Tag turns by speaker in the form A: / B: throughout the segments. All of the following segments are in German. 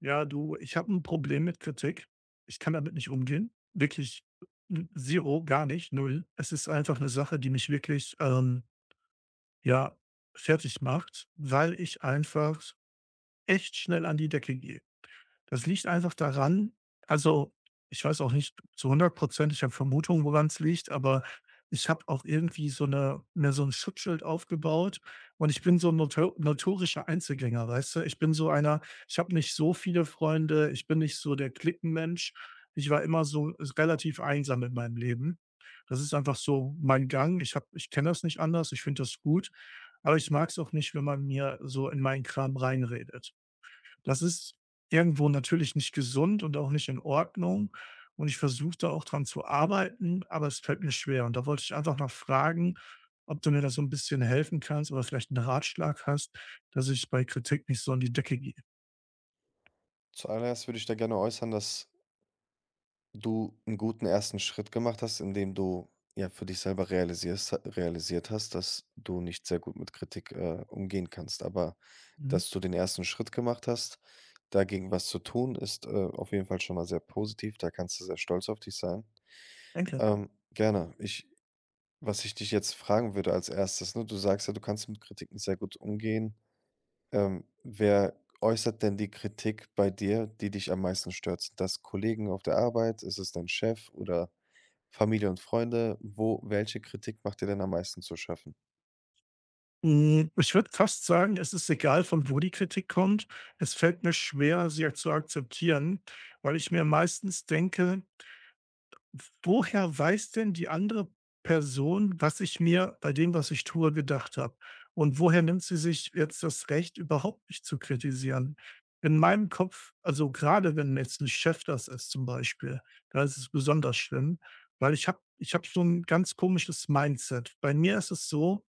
A: Ja, du, ich habe ein Problem mit Kritik. Ich kann damit nicht umgehen. Wirklich, gar nicht, Null. Es ist einfach eine Sache, die mich wirklich, ja, fertig macht, weil ich einfach echt schnell an die Decke gehe. Das liegt einfach daran, also, ich weiß auch nicht zu 100%, ich habe Vermutungen, woran's liegt, aber ich habe auch irgendwie so eine mir so ein Schutzschild aufgebaut und ich bin so ein notorischer Einzelgänger, weißt du? Ich bin so einer, ich habe nicht so viele Freunde, ich bin nicht so der Cliquenmensch. Ich war immer so relativ einsam in meinem Leben. Das ist einfach so mein Gang. Ich kenne das nicht anders, ich finde das gut, aber ich mag es auch nicht, wenn man mir so in meinen Kram reinredet. Das ist irgendwo natürlich nicht gesund und auch nicht in Ordnung. Und ich versuche da auch dran zu arbeiten, aber es fällt mir schwer. Und da wollte ich einfach noch fragen, ob du mir da so ein bisschen helfen kannst oder vielleicht einen Ratschlag hast, dass ich bei Kritik nicht so in die Decke gehe.
B: Zuallererst würde ich da gerne äußern, dass du einen guten ersten Schritt gemacht hast, indem du, ja, für dich selber realisierst realisiert hast, dass du nicht sehr gut mit Kritik, umgehen kannst. Aber
A: Mhm,
B: dass du den ersten Schritt gemacht hast, dagegen was zu tun, ist, auf jeden Fall schon mal sehr positiv. Da kannst du sehr stolz auf dich sein.
A: danke.
B: Gerne. Ich was ich dich jetzt fragen würde als Erstes, ne, du sagst ja, du kannst mit Kritik nicht sehr gut umgehen. Wer äußert denn die Kritik bei dir, die dich am meisten stört? Sind das Kollegen auf der Arbeit? Ist es dein Chef oder Familie und Freunde? Wo, welche Kritik macht dir denn am meisten zu schaffen?
A: Hm, ich würde fast sagen, es ist egal, von wo die Kritik kommt. Es fällt mir schwer, sie zu akzeptieren, weil ich mir meistens denke, woher weiß denn die andere Person, was ich mir bei dem, was ich tue, gedacht habe? Und woher nimmt sie sich jetzt das Recht, überhaupt mich zu kritisieren? In meinem Kopf, also gerade wenn jetzt ein Chef das ist zum Beispiel, da ist es besonders schlimm, weil ich habe so ein ganz komisches Mindset. Bei mir ist es so: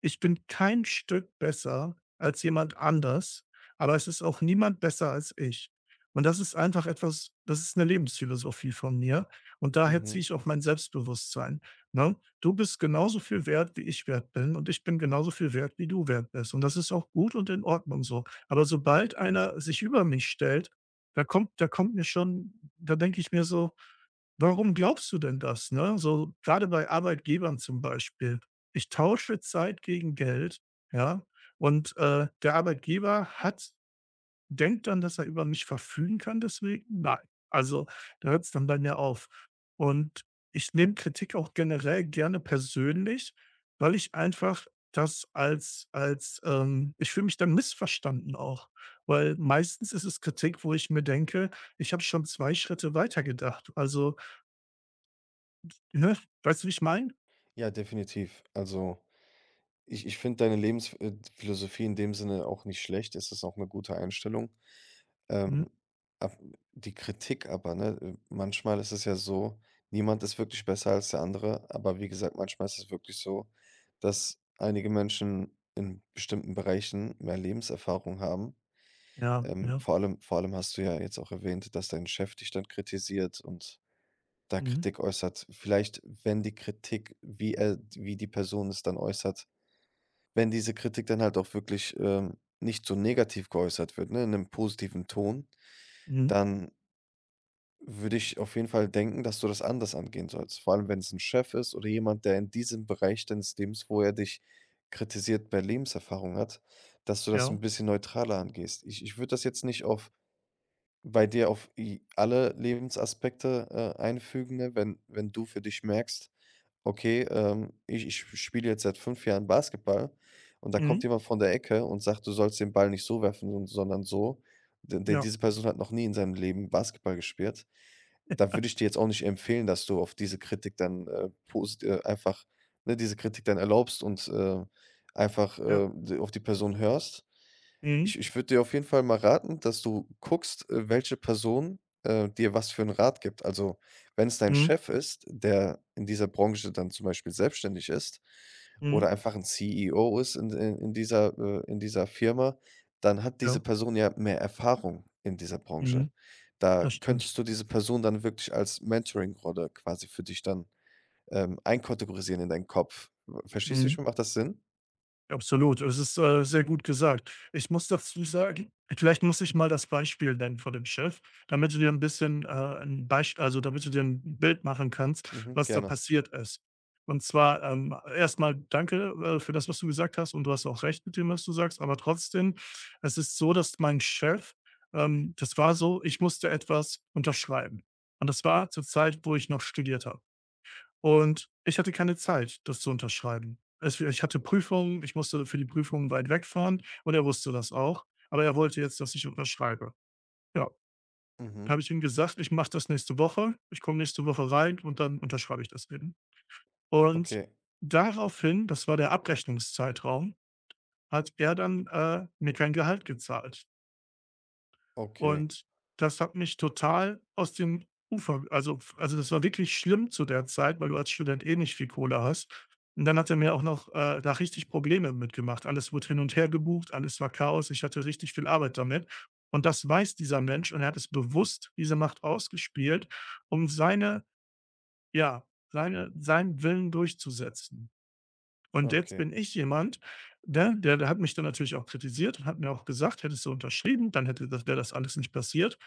A: ich bin kein Stück besser als jemand anders, aber es ist auch niemand besser als ich. Und das ist einfach etwas, das ist eine Lebensphilosophie von mir, und daher ziehe
B: Mhm.
A: ich auch mein Selbstbewusstsein, ne? Du bist genauso viel wert, wie ich wert bin, und ich bin genauso viel wert, wie du wert bist. Und das ist auch gut und in Ordnung so. Aber sobald einer sich über mich stellt, da kommt mir schon, da denke ich mir so: Warum glaubst du denn das, ne? So gerade bei Arbeitgebern zum Beispiel. Ich tausche Zeit gegen Geld, ja, und, der Arbeitgeber hat, denkt dann, dass er über mich verfügen kann deswegen? Nein. Also, da hört es dann bei mir auf. Und ich nehme Kritik auch generell gerne persönlich, weil ich einfach das als ich fühle mich dann missverstanden auch, weil meistens ist es Kritik, wo ich mir denke: „Ich habe schon 2 Schritte weiter gedacht. Also, ne? Weißt du, wie ich meine?
B: Ja, definitiv. Also ich finde deine Lebensphilosophie in dem Sinne auch nicht schlecht. Es ist auch eine gute Einstellung.
A: Mhm.
B: Ähm, af Die Kritik aber, ne? Manchmal ist es ja so, niemand ist wirklich besser als der andere, aber wie gesagt, manchmal ist es wirklich so, dass einige Menschen in bestimmten Bereichen mehr Lebenserfahrung haben.
A: Ja, ja.
B: Vor allem hast du ja jetzt auch erwähnt, dass dein Chef dich dann kritisiert und da
A: Mhm.
B: Kritik äußert. Vielleicht, wenn die Kritik, wie die Person es dann äußert, wenn diese Kritik dann halt auch wirklich, nicht so negativ geäußert wird, ne, in einem positiven Ton,
A: Mhm.
B: dann würde ich auf jeden Fall denken, dass du das anders angehen sollst. Vor allem, wenn es ein Chef ist oder jemand, der in diesem Bereich deines Lebens, wo er dich kritisiert, mehr Lebenserfahrung hat, dass du das ein
A: Ja.
B: bisschen neutraler angehst. Ich würde das jetzt nicht auf bei dir auf i alle Lebensaspekte, einfügen, ne? Wenn du für dich merkst: „Okay, ich spiele jetzt seit 5 Jahren Basketball und da kommt
A: Mhm.
B: jemand von der Ecke und sagt, du sollst den Ball nicht so werfen, sondern so.“ D d
A: Ja,
B: diese Person hat noch nie in seinem Leben Basketball gespielt. Da würde ich dir jetzt auch nicht empfehlen, dass du auf diese Kritik dann, posit einfach, ne, diese Kritik dann erlaubst und, einfach,
A: ja.
B: d auf die Person hörst.
A: Mhm.
B: Ich würde dir auf jeden Fall mal raten, dass du guckst, welche Person, dir was für einen Rat gibt. Also, wenn es dein
A: Mhm.
B: Chef ist, der in dieser Branche dann zum Beispiel selbstständig ist oder
A: Mhm.
B: einfach 'n CEO ist in dieser Firma, dann hat diese
A: Ja.
B: Person ja mehr Erfahrung in dieser Branche.
A: Mhm.
B: Da
A: Das stimmt.
B: könntest du diese Person dann wirklich als Mentoring-Rolle quasi für dich dann, einkategorisieren in deinen Kopf. Verstehst du
A: Mhm.
B: schon? Macht das Sinn?
A: Absolut, es ist, sehr gut gesagt. Ich muss dazu sagen, vielleicht muss ich mal das Beispiel nennen von dem Chef, damit du dir ein bisschen, 'n Beisp also, damit du dir ein Bild machen kannst,
B: Mhm,
A: was da
B: gerne.
A: passiert ist. Und zwar, erst danke, für das, was du gesagt hast, und du hast auch recht mit dem, was du sagst, aber trotzdem, es ist so, dass mein Chef, das war so, ich musste etwas unterschreiben. Und das war zur Zeit, wo ich noch studiert habe. Und ich hatte keine Zeit, das zu unterschreiben. Es ich hatte Prüfungen, ich musste für die Prüfungen weit wegfahren und er wusste das auch, aber er wollte jetzt, dass ich unterschreibe. Ja, da
B: Mhm.
A: habe ich ihm gesagt: „Ich mache das nächste Woche. Ich komme nächste Woche rein und dann unterschreibe ich das eben.“ Und
B: Okay,
A: daraufhin, das war der Abrechnungszeitraum, hat er dann, mir kein Gehalt gezahlt.
B: okay,
A: Und das hat mich total aus dem Ufer, also, f also, das war wirklich schlimm zu der Zeit, weil du als Student eh nicht viel Kohle hast. Und dann hat er mir auch noch, da richtig Probleme mitgemacht. Alles wurde hin und her gebucht, alles war Chaos. Ich hatte richtig viel Arbeit damit. Und das weiß dieser Mensch und er hat es bewusst, diese Macht ausgespielt, um seine, ja, seinen Willen durchzusetzen. Und jetzt
B: okay.
A: bin ich jemand, ne, der hat mich dann natürlich auch kritisiert und hat mir auch gesagt: „Hättest du unterschrieben, dann hätte das, wäre das alles nicht passiert.“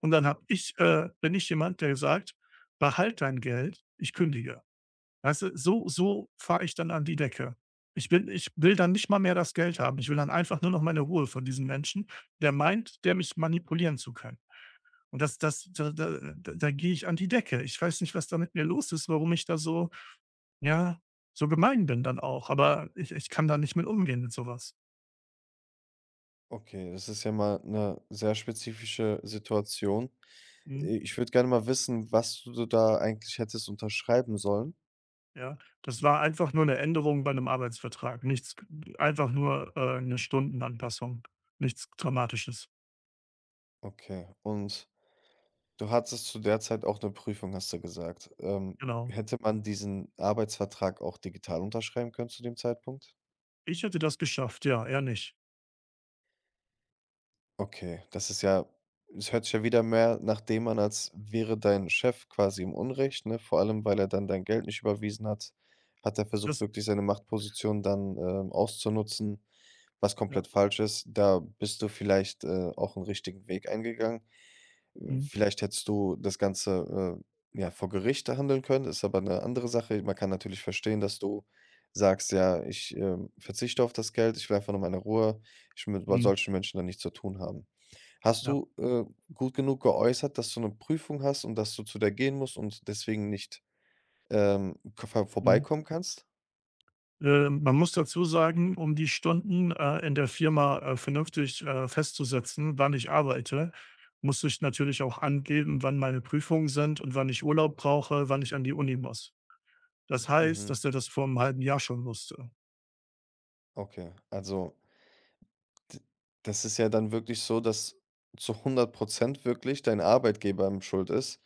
A: Und dann habe ich bin ich jemand, der sagt: „Behalt dein Geld, ich kündige.“ Weißt du, so so fahre ich dann an die Decke. Ich will dann nicht mal mehr das Geld haben. Ich will dann einfach nur noch meine Ruhe von diesem Menschen, der meint, der mich manipulieren zu können. Und das das da da da da gehe ich an die Decke. Ich weiß nicht, was da mit mir los ist, warum ich da so, ja, so gemein bin dann auch, aber ich kann da nicht mit umgehen mit so was.
B: Okay, das ist ja mal eine sehr spezifische Situation.
A: Mhm,
B: Ich würde gerne mal wissen, was du da eigentlich hättest unterschreiben sollen.
A: ja. Das war einfach nur eine Änderung bei einem Arbeitsvertrag, nichts, einfach nur, 'ne Stundenanpassung, nichts Dramatisches,
B: Okay, und du hattest zu der Zeit auch eine Prüfung, hast du gesagt.
A: genau.
B: Hätte man diesen Arbeitsvertrag auch digital unterschreiben können zu dem Zeitpunkt?
A: Ich hätte das geschafft, ja, er nicht.
B: Okay, das ist ja es hört sich ja wieder mehr nach dem an, als wäre dein Chef quasi im Unrecht, ne? Vor allem, weil er dann dein Geld nicht überwiesen hat, hat er versucht,
A: Das,
B: wirklich seine Machtposition dann, auszunutzen. Was
A: ja.
B: komplett falsch ist. Da bist du vielleicht, auch einen richtigen Weg eingegangen. Hm,
A: Mhm,
B: vielleicht hättest du das Ganze, ja, vor Gericht handeln können, ist aber eine andere Sache. Man kann natürlich verstehen, dass du sagst: „Ja, ich, verzichte auf das Geld. Ich will einfach nur meine Ruhe. Ich will mit
A: mhm,
B: solchen Menschen dann nichts zu tun haben.“ Hast
A: ja,
B: du, gut genug geäußert, dass du eine Prüfung hast und dass du zu der gehen musst und deswegen nicht, k ver
A: mhm.
B: vorbeikommen kannst?
A: Man muss dazu sagen, um die Stunden, in der Firma, vernünftig, festzusetzen, wann ich arbeite, muss ich natürlich auch angeben, wann meine Prüfungen sind und wann ich Urlaub brauche, wann ich an die Uni muss. Das heißt,
B: Mhm.
A: dass er das vor einem halben Jahr schon wusste.
B: Okay, also, D das ist ja dann wirklich so, dass zu 100% wirklich dein Arbeitgeber im schuld ist.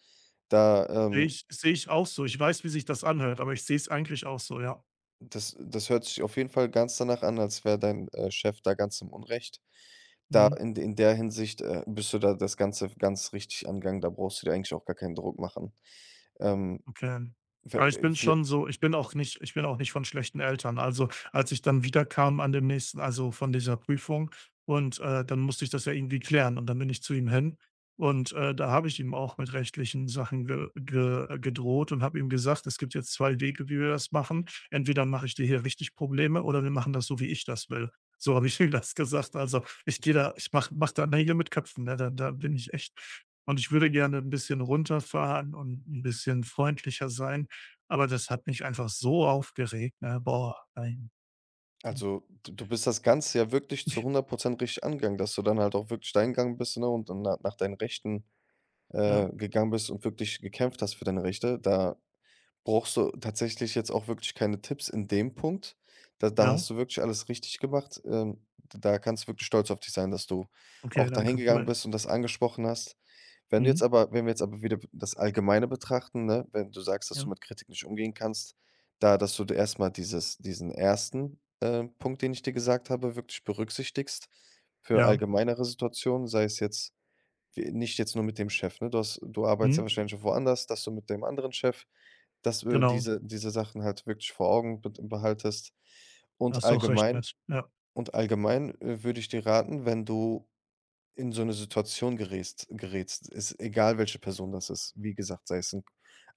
B: Da,
A: Sehe ich sehe ich auch so. Ich weiß, wie sich das anhört, aber ich sehe es eigentlich auch so, ja.
B: das das hört sich auf jeden Fall ganz danach an, als wäre dein, Chef da ganz im Unrecht. Da
A: Mhm.
B: in der Hinsicht, bist du da das Ganze ganz richtig angegangen, da brauchst du dir eigentlich auch gar keinen Druck machen. Ähm,
A: Okay.
B: v
A: Aber ich bin
B: viellei
A: schon so, ich bin auch nicht von schlechten Eltern. Also, als ich dann wiederkam an dem nächsten, also, von dieser Prüfung und, dann musste ich das ja irgendwie klären und dann bin ich zu ihm hin und, da habe ich ihm auch mit rechtlichen Sachen ge ge gedroht und habe ihm gesagt: „Es gibt jetzt 2 Wege, wie wir das machen. Entweder mache ich dir hier richtig Probleme oder wir machen das so, wie ich das will.“ So habe ich ihm das gesagt. Also, ich gehe da, ich mache mach mach da, ne, mit Köpfen, ne? Da bin ich echt, und ich würde gerne ein bisschen runterfahren und ein bisschen freundlicher sein, aber das hat mich einfach so aufgeregt, ne? Boah, nein. Hm,
B: Also, d du bist das Ganze ja wirklich zu 100% richtig angegangen, dass du dann halt auch wirklich da hingegangen bist, ne, und dann nach deinen Rechten,
A: ja,
B: gegangen bist und wirklich gekämpft hast für deine Rechte. Da brauchst du tatsächlich jetzt auch wirklich keine Tipps in dem Punkt. Da
A: ja.
B: hast du wirklich alles richtig gemacht. Da kannst du wirklich stolz auf dich sein, dass du auch
A: Okay,
B: dahin
A: danke,
B: gegangen
A: cool.
B: bist und das angesprochen hast.
A: Mhm,
B: Wenn wir jetzt aber wieder das Allgemeine betrachten, ne, wenn du sagst, dass du
A: ja,
B: mit Kritik nicht umgehen kannst, da dass du d erst mal dieses diesen ersten Punkt, den ich dir gesagt habe, wirklich berücksichtigst für
A: ja,
B: allgemeinere Situationen, sei es jetzt w nicht jetzt nur mit dem Chef, ne? Du arbeitest ja
A: mhm,
B: wahrscheinlich schon woanders, dass du mit dem anderen Chef, dass du
A: genau.
B: diese Sachen halt wirklich vor Augen bet behaltest. Und
A: Hast du auch recht
B: allgemein
A: mit. Ja.
B: und allgemein, würde ich dir raten, wenn du in so 'ne Situation gerätst, ist egal, welche Person das ist. Wie gesagt, sei es 'n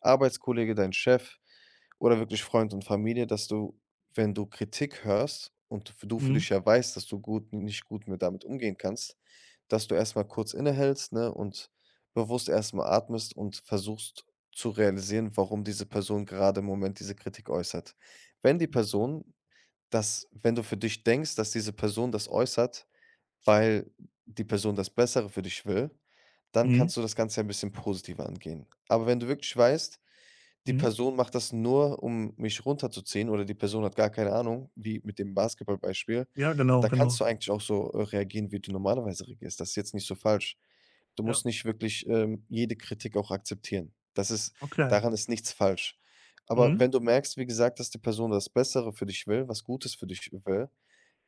B: Arbeitskollege, dein Chef oder wirklich Freund und Familie, dass du, wenn du Kritik hörst und f du für
A: Mhm,
B: dich ja weißt, dass du nicht gut mit damit umgehen kannst, dass du erst mal kurz innehältst, ne, und bewusst erst mal atmest und versuchst zu realisieren, warum diese Person gerade im Moment diese Kritik äußert. Wenn die Person Dass, wenn du für dich denkst, dass diese Person das äußert, weil die Person das Bessere für dich will, dann
A: mhm,
B: kannst du das Ganze ja ein bisschen positiver angehen. Aber wenn du wirklich weißt, die
A: mhm.
B: Person macht das nur, um mich runterzuziehen, oder die Person hat gar keine Ahnung, wie mit dem Basketballbeispiel,
A: Ja, genau,
B: da kannst
A: genau.
B: du eigentlich auch so reagieren, wie du normalerweise reagierst. Das ist jetzt nicht so falsch. Du
A: Ja,
B: musst nicht wirklich, jede Kritik auch akzeptieren. Das ist
A: okay.
B: Daran ist nichts falsch. Aber
A: Mhm,
B: wenn du merkst, wie gesagt, dass die Person das Bessere für dich will, was Gutes für dich will,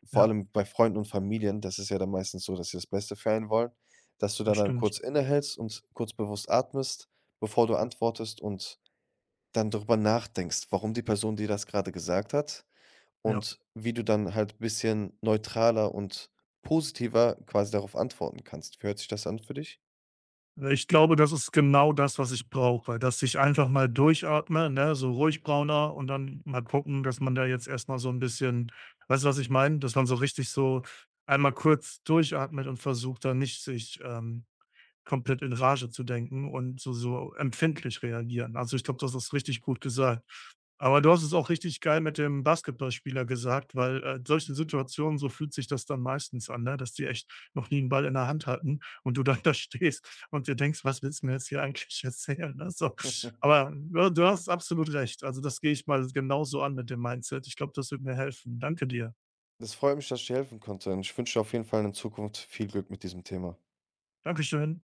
B: vor
A: ja,
B: allem bei Freunden und Familien, das ist ja dann meistens so, dass sie das Beste für einen wollen, dass du
A: das
B: dann
A: stimmt.
B: kurz innehältst und kurz bewusst atmest, bevor du
A: Ja,
B: antwortest und dann darüber nachdenkst, warum die Person dir das gerade gesagt hat
A: ja.
B: und wie du dann halt ein bisschen neutraler und positiver quasi darauf antworten kannst. Wie hört sich das an für dich?
A: Ich glaube, das ist genau das, was ich brauche, weil, dass ich einfach mal durchatme, ne, so ruhig brauner und dann mal gucken, dass man da jetzt erst mal so ein bisschen, weißt du, was ich meine? Dass man so richtig so einmal kurz durchatmet und versucht, da nicht sich, komplett in Rage zu denken und so so empfindlich reagieren. Also, ich glaube, das ist richtig gut gesagt. Aber du hast es auch richtig geil mit dem Basketballspieler gesagt, weil, solche Situationen, so fühlt sich das dann meistens an, ne, dass die echt noch nie einen Ball in der Hand hatten und du dann da stehst und dir denkst: „Was willst du mir jetzt hier eigentlich erzählen?“, ne, so. Aber ja, du hast absolut recht. Also, das gehe ich mal genauso an mit dem Mindset. Ich glaube, das wird mir helfen. Danke dir.
B: Das freut mich, dass ich dir helfen konnte, und ich wünsche dir auf jeden Fall in Zukunft viel Glück mit diesem Thema.
A: Dankeschön.